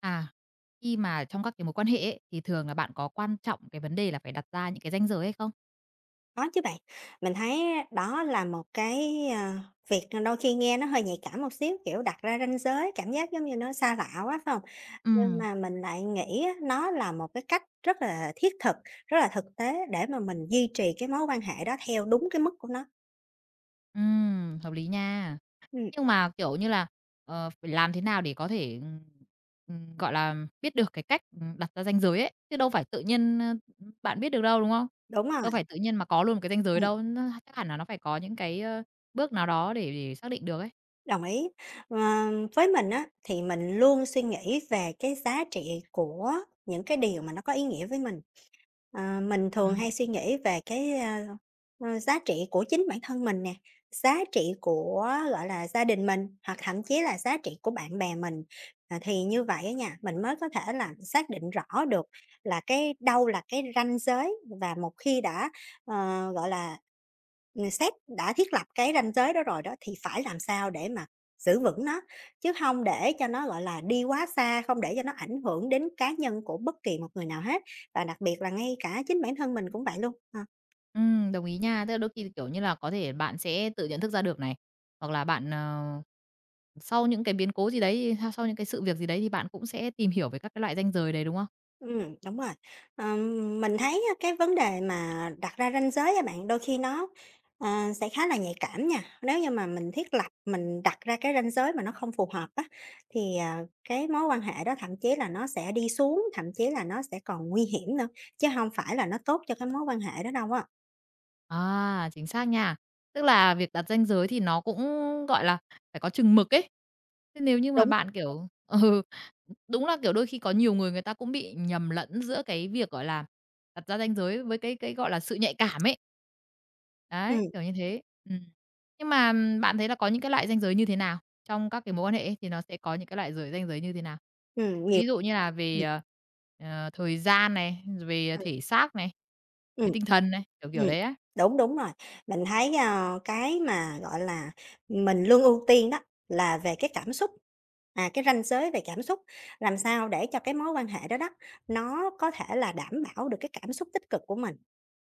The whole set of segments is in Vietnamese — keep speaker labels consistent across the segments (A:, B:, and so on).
A: À, khi mà trong các cái mối quan hệ ấy, thì thường là bạn có quan trọng cái vấn đề là phải đặt ra những cái ranh giới hay không?
B: Có chứ bạn, mình thấy đó là một cái, việc đôi khi nghe nó hơi nhạy cảm một xíu, kiểu, đặt ra ranh giới, cảm giác giống như nó xa lạ quá, phải hông? Nhưng
A: Ừm.
B: mà mình lại nghĩ á, nó là một cái cách rất là thiết thực, rất là thực tế để mà mình duy trì cái mối quan hệ đó theo đúng cái mức của nó.
A: Hợp lý nha.
B: Ừm,
A: Nhưng mà, kiểu như là, phải làm thế nào để có thể, gọi là, biết được cái cách, đặt ra ranh giới ấy, chứ đâu phải tự nhiên, bạn biết được đâu, đúng không?
B: đúng rồi.
A: Đâu phải tự nhiên mà có luôn cái ranh giới đâu, nó chắc hẳn là nó phải có những cái, bước nào đó để xác định được ấy.
B: Đồng ý. Ờ, với mình á, thì mình luôn suy nghĩ về cái giá trị của những cái điều mà nó có ý nghĩa với mình. Mình thường
A: Ừm.
B: hay suy nghĩ về cái, giá trị của chính bản thân mình nè, giá trị của, gọi là, gia đình mình, hoặc thậm chí là giá trị của bạn bè mình. À, thì như vậy á nha, mình mới có thể là xác định rõ được là cái đâu là cái ranh giới, và một khi đã, gọi là, sếp đã thiết lập cái ranh giới đó rồi đó, thì phải làm sao để mà giữ vững nó, chứ không để cho nó, gọi là, đi quá xa, không để cho nó ảnh hưởng đến cá nhân của bất kỳ một người nào hết, và đặc biệt là ngay cả chính bản thân mình cũng vậy luôn. Ờ.
A: Đồng ý nha. Tức là đôi khi, kiểu như là, có thể bạn sẽ tự nhận thức ra được này, hoặc là bạn, ờ. Sau những cái biến cố gì đấy, sau sau những cái sự việc gì đấy thì bạn cũng sẽ tìm hiểu về các cái loại ranh giới đấy, đúng không?
B: Đúng rồi. Mình thấy á cái vấn đề mà đặt ra ranh giới á bạn, đôi khi nó, sẽ khá là nhạy cảm nha. Nếu như mà mình thiết lập, mình đặt ra cái ranh giới mà nó không phù hợp á, thì, cái mối quan hệ đó thậm chí là nó sẽ đi xuống, thậm chí là nó sẽ còn nguy hiểm nữa, chứ không phải là nó tốt cho cái mối quan hệ đó đâu á.
A: À, chính xác nha. Tức là việc đặt ranh giới thì nó cũng, gọi là, phải có chừng mực ấy. Thế nếu như mà
B: Đúng.
A: bạn, kiểu ừ, đúng là, kiểu, đôi khi có nhiều người người ta cũng bị nhầm lẫn giữa cái việc, gọi là, đặt ra ranh giới với cái, gọi là, sự nhạy cảm ấy. Đấy,
B: Ừm,
A: kiểu như thế. Ừm. Nhưng mà bạn thấy là có những cái loại ranh giới như thế nào? Trong các cái mối quan hệ ấy thì nó sẽ có những cái loại giới ranh giới như thế nào?
B: nhiều.
A: Ví dụ như là về,
B: ừm.
A: thời gian này, về thể xác này,
B: Ừm.
A: về tinh thần này, kiểu, kiểu
B: Ừm,
A: đấy á.
B: đúng, đúng rồi. Mình thấy, cái mà, gọi là, mình luôn ưu tiên đó là về cái cảm xúc, cái ranh giới về cảm xúc, làm sao để cho cái mối quan hệ đó đó, nó có thể là đảm bảo được cái cảm xúc tích cực của mình.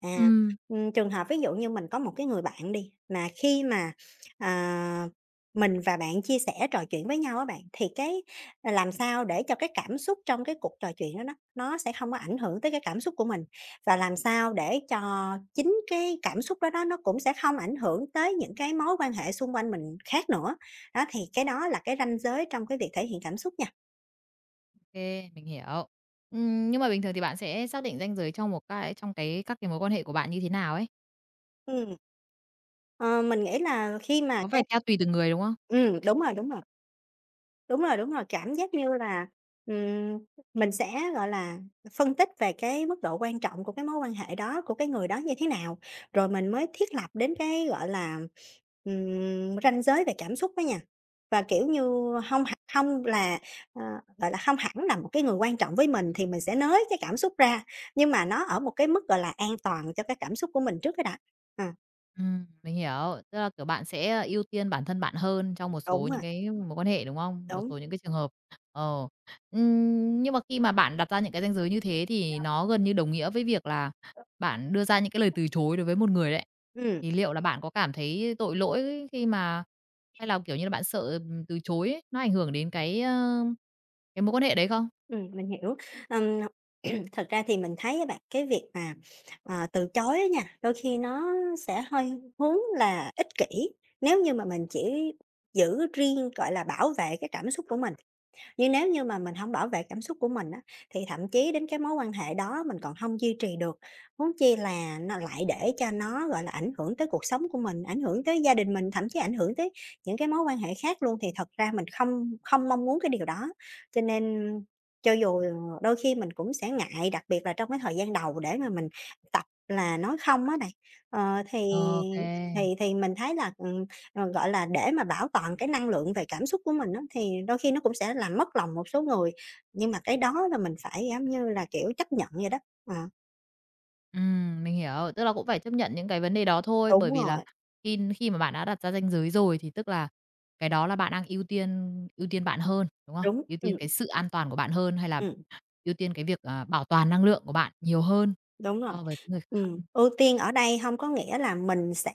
B: À,
A: Ừm.
B: trường hợp ví dụ như mình có một cái người bạn đi, mà khi mà, à, mình và bạn chia sẻ trò chuyện với nhau á bạn, thì cái làm sao để cho cái cảm xúc trong cái cuộc trò chuyện đó đó, nó sẽ không có ảnh hưởng tới cái cảm xúc của mình? Và làm sao để cho chính cái cảm xúc đó đó nó cũng sẽ không ảnh hưởng tới những cái mối quan hệ xung quanh mình khác nữa. Đó, thì cái đó là cái ranh giới trong cái việc thể hiện cảm xúc nha.
A: OK, mình hiểu. Nhưng mà bình thường thì bạn sẽ xác định ranh giới trong một cái trong cái các cái mối quan hệ của bạn như thế nào ấy?
B: Ừm. Ờ, mình nghĩ là khi mà
A: Có
B: cái
A: phải theo tùy từng người, đúng không?
B: ừm, đúng rồi, đúng rồi. Đúng rồi, đúng rồi, cảm giác như là, ừm, mình sẽ, gọi là, phân tích về cái mức độ quan trọng của cái mối quan hệ đó, của cái người đó như thế nào, rồi mình mới thiết lập đến cái, gọi là, ranh giới về cảm xúc đó nha. Và, kiểu như, không hông là, ờ, gọi là, không hẳn là một cái người quan trọng với mình thì mình sẽ nới cái cảm xúc ra, nhưng mà nó ở một cái mức, gọi là, an toàn cho cái cảm xúc của mình trước cái đã. Ờ,
A: Mình hiểu. Tức là, kiểu, bạn sẽ, ưu tiên bản thân bạn hơn trong một
B: Đúng
A: số những
B: rồi,
A: cái mối quan hệ, đúng không? Một
B: đúng.
A: số những cái trường hợp. Ờ. Nhưng mà khi mà bạn đặt ra những cái ranh giới như thế thì nó gần như đồng nghĩa với việc là bạn đưa ra những cái lời từ chối đối với một người đấy.
B: Ừm,
A: Thì liệu là bạn có cảm thấy tội lỗi khi mà hay là, kiểu như là, bạn sợ, từ chối ấy, nó ảnh hưởng đến cái, cái mối quan hệ đấy không?
B: mình hiểu. Ừm. Thật ra thì mình thấy á bạn, cái việc mà, từ chối á nha, đôi khi nó sẽ hơi hướng là ích kỷ, nếu như mà mình chỉ giữ riêng, gọi là, bảo vệ cái cảm xúc của mình. Nhưng nếu như mà mình không bảo vệ cảm xúc của mình á, thì thậm chí đến cái mối quan hệ đó mình còn không duy trì được, huống chi là nó lại để cho nó, gọi là, ảnh hưởng tới cuộc sống của mình, ảnh hưởng tới gia đình mình, thậm chí ảnh hưởng tới những cái mối quan hệ khác luôn, thì thật ra mình không không mong muốn cái điều đó. Cho nên cho dù đôi khi mình cũng sẽ ngại, đặc biệt là trong cái thời gian đầu để mà mình tập là nói không á này, ờ, thì
A: Ô.
B: thì mình thấy là, gọi là, để mà bảo toàn cái năng lượng về cảm xúc của mình á, thì đôi khi nó cũng sẽ làm mất lòng một số người, nhưng mà cái đó là mình phải, giống như là, kiểu, chấp nhận vậy đó. Ờ,
A: Mình hiểu, tức là cũng phải chấp nhận những cái vấn đề đó thôi,
B: Đúng
A: bởi vì là
B: rồi,
A: khi khi mà bạn đã đặt ra ranh giới rồi thì tức là cái đó là bạn đang ưu tiên bạn hơn, đúng không?
B: đúng,
A: Ưu tiên cái sự an toàn của bạn hơn hay là
B: ừm,
A: ưu tiên cái việc, bảo toàn năng lượng của bạn nhiều hơn
B: đúng rồi.
A: so với cái người khác.
B: Ừm, ưu tiên ở đây không có nghĩa là mình sẽ,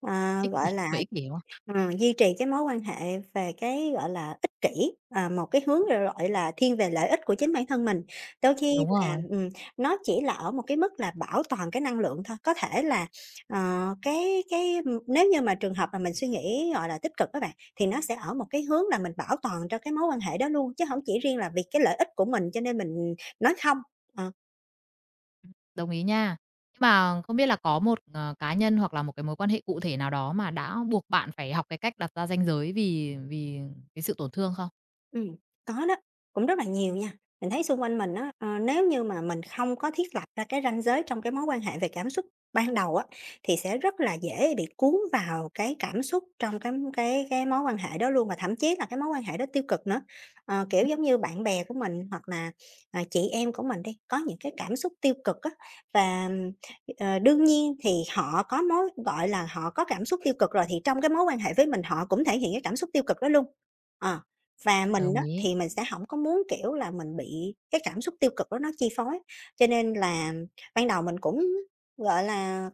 A: Ích kỷ
B: gọi là
A: vậy ích kỷ, đúng không?
B: Ờ, duy trì cái mối quan hệ về cái, gọi là, ích kỷ, một cái hướng, gọi là, thiên về lợi ích của chính bản thân mình. Đôi khi
A: Đúng
B: là,
A: rồi,
B: nó chỉ là ở một cái mức là bảo toàn cái năng lượng thôi, có thể là, ờ, cái, nếu như mà trường hợp mà mình suy nghĩ, gọi là, tích cực các bạn, thì nó sẽ ở một cái hướng là mình bảo toàn cho cái mối quan hệ đó luôn, chứ không chỉ riêng là vì cái lợi ích của mình cho nên mình nói không. Ờ.
A: đồng ý nha. Nhưng mà không biết là có một, cá nhân hoặc là một cái mối quan hệ cụ thể nào đó mà đã buộc bạn phải học cái cách đặt ra ranh giới vì vì cái sự tổn thương không?
B: Ừm, có đó, cũng rất là nhiều nha. Mình thấy xung quanh mình á, nếu như mà mình không có thiết lập ra cái ranh giới trong cái mối quan hệ về cảm xúc ban đầu á, thì sẽ rất là dễ bị cuốn vào cái cảm xúc trong cái mối quan hệ đó luôn, và thậm chí là cái mối quan hệ đó tiêu cực nữa. Kiểu, giống như bạn bè của mình hoặc là, chị em của mình đi, có những cái cảm xúc tiêu cực á, và, đương nhiên thì họ có mối gọi là, họ có cảm xúc tiêu cực rồi thì trong cái mối quan hệ với mình họ cũng thể hiện cái cảm xúc tiêu cực đó luôn. Ờ. Và mình
A: Đồng
B: á,
A: ý.
B: thì mình sẽ hổng có muốn, kiểu là, mình bị cái cảm xúc tiêu cực đó nó chi phối, cho nên là ban đầu mình cũng, gọi là,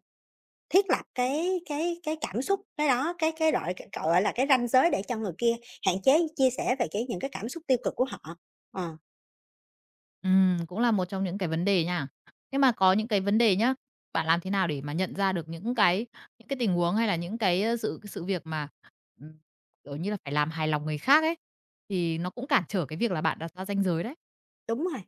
B: thiết lập cái cảm xúc cái đó, cái rọi gọi là, cái ranh giới để cho người kia hạn chế chia sẻ về cái những cái cảm xúc tiêu cực của họ. Ờ,
A: Cũng là một trong những cái vấn đề nha. Thế mà có những cái vấn đề nhá, bạn làm thế nào để mà nhận ra được những cái tình huống hay là những cái, sự sự việc mà, ừm, kiểu như là, phải làm hài lòng người khác ấy, thì nó cũng cản trở cái việc là bạn đặt ra ranh giới đấy.
B: Đúng rồi.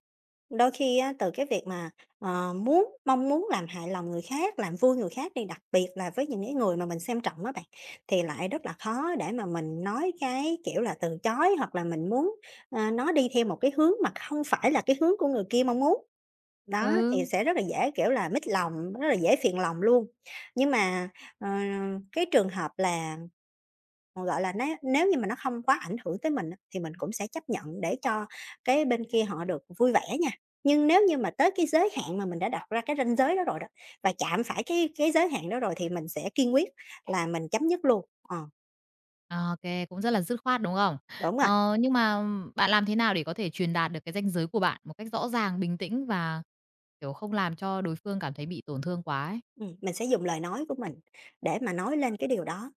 B: Đôi khi á, từ cái việc mà, mong muốn làm hài lòng người khác, làm vui người khác đi, đặc biệt là với những cái người mà mình xem trọng á bạn, thì lại rất là khó để mà mình nói cái, kiểu là, từ chối hoặc là mình muốn, nó đi theo một cái hướng mà không phải là cái hướng của người kia mong muốn. Đó, thì
A: Ừ,
B: sẽ rất là dễ, kiểu là, mít lòng, rất là dễ phiền lòng luôn. Nhưng mà, ờ, cái trường hợp là Ờ, gọi là, nếu nếu như mà nó không quá ảnh hưởng tới mình á, thì mình cũng sẽ chấp nhận để cho cái bên kia họ được vui vẻ nha. Nhưng nếu như mà tới cái giới hạn mà mình đã đặt ra cái ranh giới đó rồi đó, và chạm phải cái giới hạn đó rồi thì mình sẽ kiên quyết là mình chấm dứt luôn. Ờ,
A: ô kê, cũng rất là dứt khoát, đúng không?
B: Đúng rồi.
A: Ờ, nhưng mà bạn làm thế nào để có thể truyền đạt được cái ranh giới của bạn một cách rõ ràng, bình tĩnh và, kiểu, không làm cho đối phương cảm thấy bị tổn thương quá ấy?
B: Mình sẽ dùng lời nói của mình để mà nói lên cái điều đó.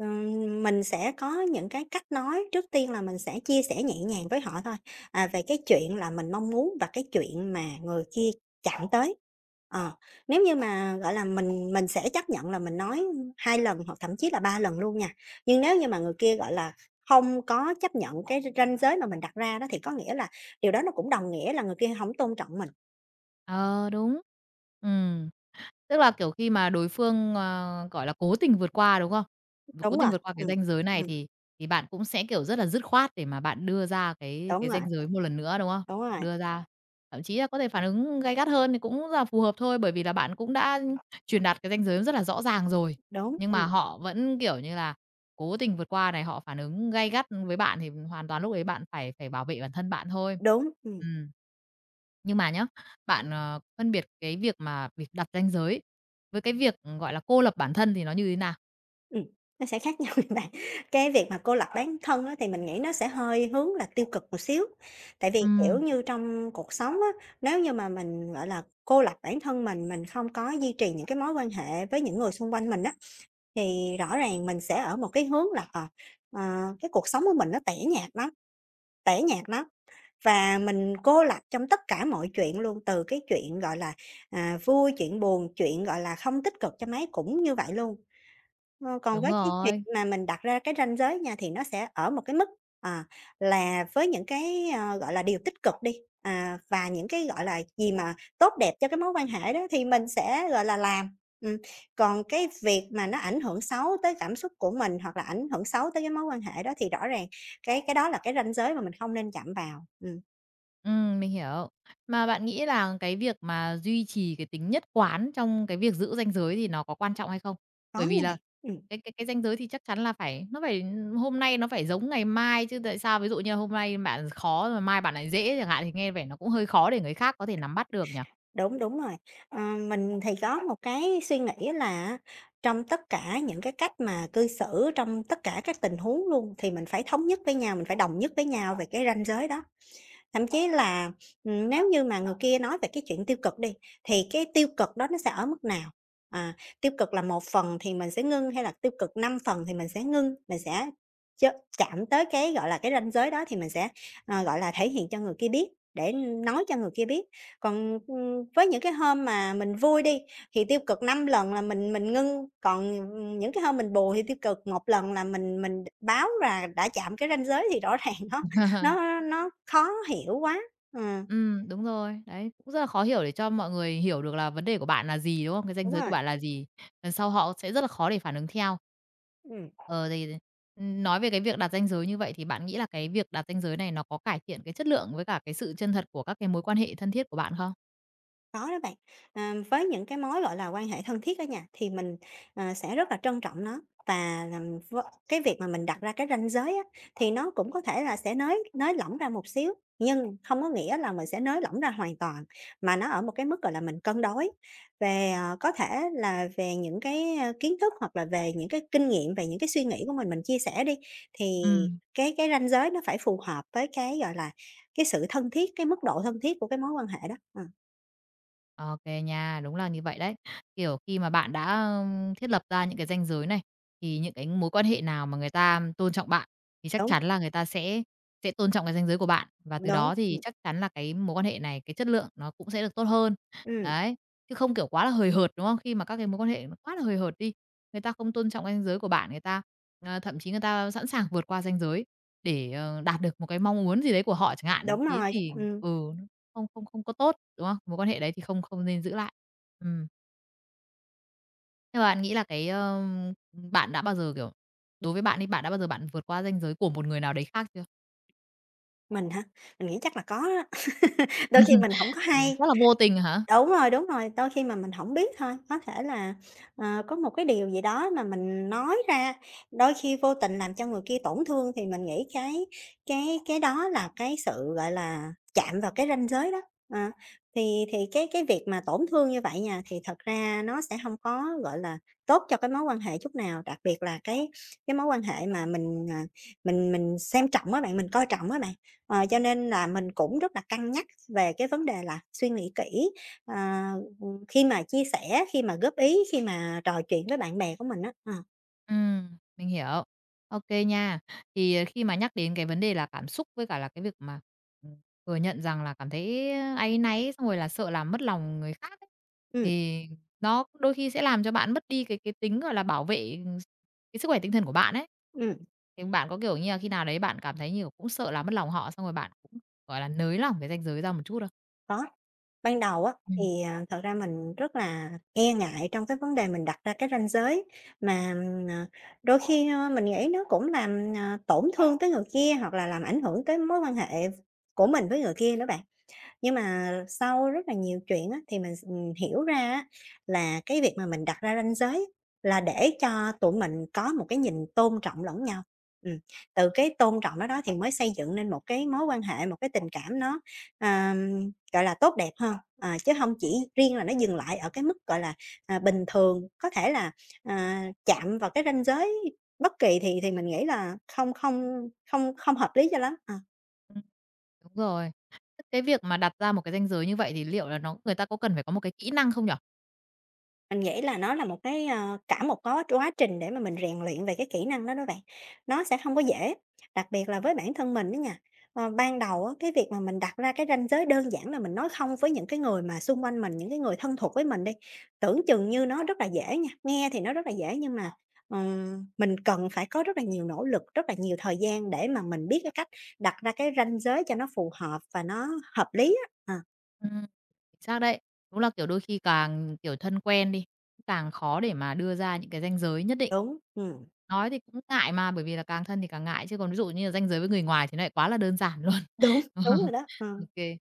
B: Mình sẽ có những cái cách nói, trước tiên là mình sẽ chia sẻ nhẹ nhàng với họ thôi, về cái chuyện là mình mong muốn và cái chuyện mà người kia chạm tới. Ờ, nếu như mà, gọi là, mình sẽ chấp nhận là mình nói 2 lần hoặc thậm chí là 3 lần luôn nha. Nhưng nếu như mà người kia, gọi là, không có chấp nhận cái ranh giới mà mình đặt ra đó thì có nghĩa là điều đó nó cũng đồng nghĩa là người kia không tôn trọng mình.
A: Ờ, đúng. Ừm. Tức là, kiểu, khi mà đối phương, gọi là, cố tình vượt qua, đúng không? Cố
B: Đúng
A: tình
B: rồi,
A: vượt qua cái ranh giới này
B: ừm,
A: thì bạn cũng sẽ, kiểu, rất là dứt khoát để mà bạn đưa ra cái
B: đúng
A: cái
B: rồi,
A: ranh giới một lần nữa, đúng không?
B: đúng rồi,
A: Đưa ra, thậm chí là có thể phản ứng gay gắt hơn thì cũng là phù hợp thôi, bởi vì là bạn cũng đã truyền đạt cái ranh giới rất là rõ ràng rồi.
B: đúng,
A: Nhưng mà họ vẫn, kiểu như là, cố tình vượt qua này, họ phản ứng gay gắt với bạn thì hoàn toàn lúc ấy bạn phải phải bảo vệ bản thân bạn thôi.
B: đúng.
A: Ừm. Nhưng mà nhá bạn, phân biệt cái việc mà việc đặt ranh giới với cái việc, ừ, gọi là, cô lập bản thân thì nó như thế nào?
B: Ừm, nó sẽ khác nhau nha bạn. Cái việc mà cô lập bản thân á, thì mình nghĩ nó sẽ hơi hướng là tiêu cực một xíu. Tại vì, kiểu
A: Ừm.
B: như, trong cuộc sống á, nếu như mà mình, gọi là, cô lập bản thân mình không có duy trì những cái mối quan hệ với những người xung quanh mình á, thì rõ ràng mình sẽ ở một cái hướng là, ờ, cái cuộc sống của mình nó tẻ nhạt lắm, tẻ nhạt lắm. Và mình cô lập trong tất cả mọi chuyện luôn, từ cái chuyện, gọi là, à, vui, chuyện buồn, chuyện, gọi là, không tích cực cho mấy cũng như vậy luôn. Ờ, còn
A: Đúng
B: với cái chuyện
A: rồi,
B: mà mình đặt ra cái ranh giới nha, thì nó sẽ ở một cái mức, à, là với những cái, ờ, gọi là, điều tích cực đi, à, và những cái, gọi là, gì mà tốt đẹp cho cái mối quan hệ đó thì mình sẽ, gọi là, làm. Còn cái việc mà nó ảnh hưởng xấu tới cảm xúc của mình hoặc là ảnh hưởng xấu tới cái mối quan hệ đó thì rõ ràng cái đó là cái ranh giới mà mình không nên chạm vào.
A: mình hiểu. Mà bạn nghĩ là cái việc mà duy trì cái tính nhất quán trong cái việc giữ ranh giới thì nó có quan trọng hay không?
B: Có
A: Bởi vì
B: nha bạn.
A: là cái ranh giới thì chắc chắn là phải nó phải ừ, hôm nay nó phải giống ngày mai chứ tại sao ví dụ như hôm nay bạn khó rồi mai bạn lại dễ chẳng hạn thì nghe vẻ nó cũng hơi khó để người khác có thể nắm bắt được nhỉ?
B: Đúng, đúng rồi. Ờ, mình thì có một cái suy nghĩ là trong tất cả những cái cách mà cư xử, trong tất cả các tình huống luôn thì mình phải thống nhất với nhau, mình phải đồng nhất với nhau về cái ranh giới đó. Thậm chí là, nếu như mà người kia nói về cái chuyện tiêu cực đi, thì cái tiêu cực đó nó sẽ ở mức nào? À, tiêu cực là một phần thì mình sẽ ngưng hay là tiêu cực 5 phần thì mình sẽ ngưng, mình sẽ ch chạm tới cái, gọi là, cái ranh giới đó thì mình sẽ, ờ, gọi là, thể hiện cho người kia biết, để nói cho người kia biết. Còn, với những cái hôm mà mình vui đi, thì tiêu cực 5 lần là mình ngưng, còn, những cái hôm mình buồn thì tiêu cực một lần là mình báo là đã chạm cái ranh giới thì rõ ràng nó nó nó khó hiểu quá. Ừm,
A: Đúng rồi. Đấy, cũng rất là khó hiểu để cho mọi người hiểu được là vấn đề của bạn là gì, đúng không? Cái ranh
B: đúng
A: giới của
B: rồi,
A: bạn là gì? Lần sau họ sẽ rất là khó để phản ứng theo.
B: ừm.
A: Ờ, thì, nói về cái việc đặt ranh giới như vậy thì bạn nghĩ là cái việc đặt ranh giới này nó có cải thiện cái chất lượng với cả cái sự chân thật của các cái mối quan hệ thân thiết của bạn không?
B: Có đó bạn. À, với những cái mối, gọi là, quan hệ thân thiết ở nhà thì mình, ờ, sẽ rất là trân trọng nó và làm v cái việc mà mình đặt ra cái ranh giới á, thì nó cũng có thể là sẽ nới nới lỏng ra một xíu, nhưng không có nghĩa là mình sẽ nới lỏng ra hoàn toàn, mà nó ở một cái mức, gọi là, mình cân đối. Về, ờ, có thể là về những cái, ơ, kiến thức hoặc là về những cái kinh nghiệm, về những cái suy nghĩ của mình chia sẻ đi, thì
A: Ừ.
B: cái ranh giới nó phải phù hợp với cái, gọi là, cái sự thân thiết, cái mức độ thân thiết của cái mối quan hệ đó. Ờ,
A: OK nha, đúng là như vậy đấy. Kiểu, khi mà bạn đã, ưm, thiết lập ra những cái ranh giới này, thì những cái mối quan hệ nào mà người ta tôn trọng bạn, thì chắc
B: đúng.
A: chắn là người ta sẽ tôn trọng cái ranh giới của bạn, và từ
B: Đúng,
A: đó thì chắc chắn là cái mối quan hệ này, cái chất lượng nó cũng sẽ được tốt hơn.
B: ừm,
A: Đấy, chứ không, kiểu, quá là hời hợt, đúng không? Khi mà các cái mối quan hệ nó quá là hời hợt đi, người ta không tôn trọng ranh giới của bạn, người ta, thậm chí người ta sẵn sàng vượt qua ranh giới để, đạt được một cái mong muốn gì đấy của họ chẳng hạn,
B: đúng
A: thế
B: rồi,
A: thì ừ, nó không không không có tốt. Đúng không? Mối quan hệ đấy thì không không nên giữ lại. Ừm. Nhưng mà bạn nghĩ là cái, ơ, bạn đã bao giờ, kiểu đối với bạn đi, bạn đã bao giờ bạn vượt qua ranh giới của một người nào đấy khác chưa?
B: mình hả? Mình nghĩ chắc là có á, đôi khi mình hổng có
A: Đấy,
B: hay.
A: chắc là vô tình hả?
B: Đúng rồi, đôi khi mà mình hổng biết thôi, có thể là, ờ, có một cái điều gì đó mà mình nói ra, đôi khi vô tình làm cho người kia tổn thương thì mình nghĩ cái đó là cái sự, gọi là, chạm vào cái ranh giới đó. Ờ, thì cái việc mà tổn thương như vậy nha, thì thật ra nó sẽ hông có, gọi là, tốt cho cái mối quan hệ chút nào, đặc biệt là cái mối quan hệ mà mình, à, mình xem trọng á bạn, mình coi trọng á bạn. Ờ, cho nên là mình cũng rất là cân nhắc về cái vấn đề là suy nghĩ kỹ. À, khi mà chia sẻ, khi mà góp ý, khi mà trò chuyện với bạn bè của mình á, ờ,
A: Mình hiểu. Ok nha. Thì ờ, khi mà nhắc đến cái vấn đề là cảm xúc với cả là cái việc mà, ừm, thừa nhận rằng là cảm thấy áy náy, xong rồi là sợ làm mất lòng người khác ấy,
B: ừm,
A: thì nó đôi khi sẽ làm cho bạn mất đi cái tính, gọi là, bảo vệ, cái sức khỏe tinh thần của bạn ấy.
B: ừm,
A: Thì bạn có, kiểu như là, khi nào đấy bạn cảm thấy nhiều cũng sợ là mất lòng họ, xong rồi bạn cũng, gọi là, nới lỏng cái ranh giới ra một chút không?
B: có. Ban đầu á,
A: Ừm.
B: thì, à, thật ra mình rất là e ngại trong cái vấn đề mình đặt ra cái ranh giới, mà, ờ, đôi khi, ơ, mình nghĩ nó cũng làm, à, tổn thương tới người kia, hoặc là làm ảnh hưởng tới mối quan hệ của mình với người kia nữa bạn. Nhưng mà sau rất là nhiều chuyện á, thì mình s hiểu ra á, là cái việc mà mình đặt ra ranh giới là để cho tụi mình có một cái nhìn tôn trọng lẫn nhau. Ừm, từ cái tôn trọng đó đó thì mới xây dựng nên một cái mối quan hệ, một cái tình cảm nó, gọi là, tốt đẹp hơn, ờ, chứ không chỉ riêng là nó dừng lại ở cái mức, gọi là, à, bình thường. Có thể là, à, chạm vào cái ranh giới bất kỳ thì mình nghĩ là không không không không hợp lý cho lắm. Ờ.
A: Ừm, đúng rồi. Thế cái việc mà đặt ra một cái ranh giới như vậy thì liệu là nó người ta có cần phải có một cái kỹ năng không nhỉ?
B: Mình nghĩ là nó là một cái, ờ, cả một có quá trình để mà mình rèn luyện về cái kỹ năng đó đó bạn. Nó sẽ không có dễ, đặc biệt là với bản thân mình đó nha. Ờ, ban đầu á, cái việc mà mình đặt ra cái ranh giới đơn giản là mình nói "không" với những cái người mà xung quanh mình, những cái người thân thuộc với mình đi, tưởng chừng như nó rất là dễ nha, nghe thì nó rất là dễ nhưng mà, mình cần phải có rất là nhiều nỗ lực, rất là nhiều thời gian để mà mình biết cái cách đặt ra cái ranh giới cho nó phù hợp và nó hợp lý á. Ờ,
A: Ừm. Chính xác đấy. Đúng là, kiểu, đôi khi càng, kiểu, thân quen đi, càng khó để mà đưa ra những cái ranh giới nhất định.
B: đúng,
A: Nói thì cũng ngại mà, bởi vì là càng thân thì càng ngại, chứ còn ví dụ như là ranh giới với người ngoài thì nó lại quá là đơn giản luôn.
B: đúng,
A: Ờ,
B: đúng rồi đó, ờ.
A: ô kê.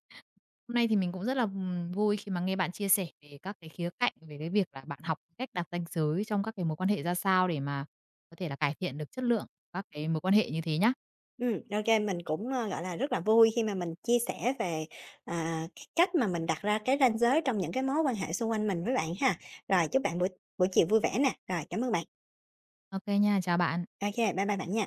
A: Hôm nay thì mình cũng rất là, vui khi mà nghe bạn chia sẻ về các cái khía cạnh về cái việc là bạn học cách đặt ranh giới trong các cái mối quan hệ ra sao để mà có thể là cải thiện được chất lượng các cái mối quan hệ như thế nhá.
B: Ô mình cũng, ơ, gọi là, rất là vui khi mà mình chia sẻ về, à, cái cách mà mình đặt ra cái ranh giới trong những cái mối quan hệ xung quanh mình với bạn ha. Rồi, chúc bạn buổi buổi chiều vui vẻ nè. Rồi, cảm ơn bạn.
A: Ok nha, chào bạn.
B: Ô, bye bye bạn nha.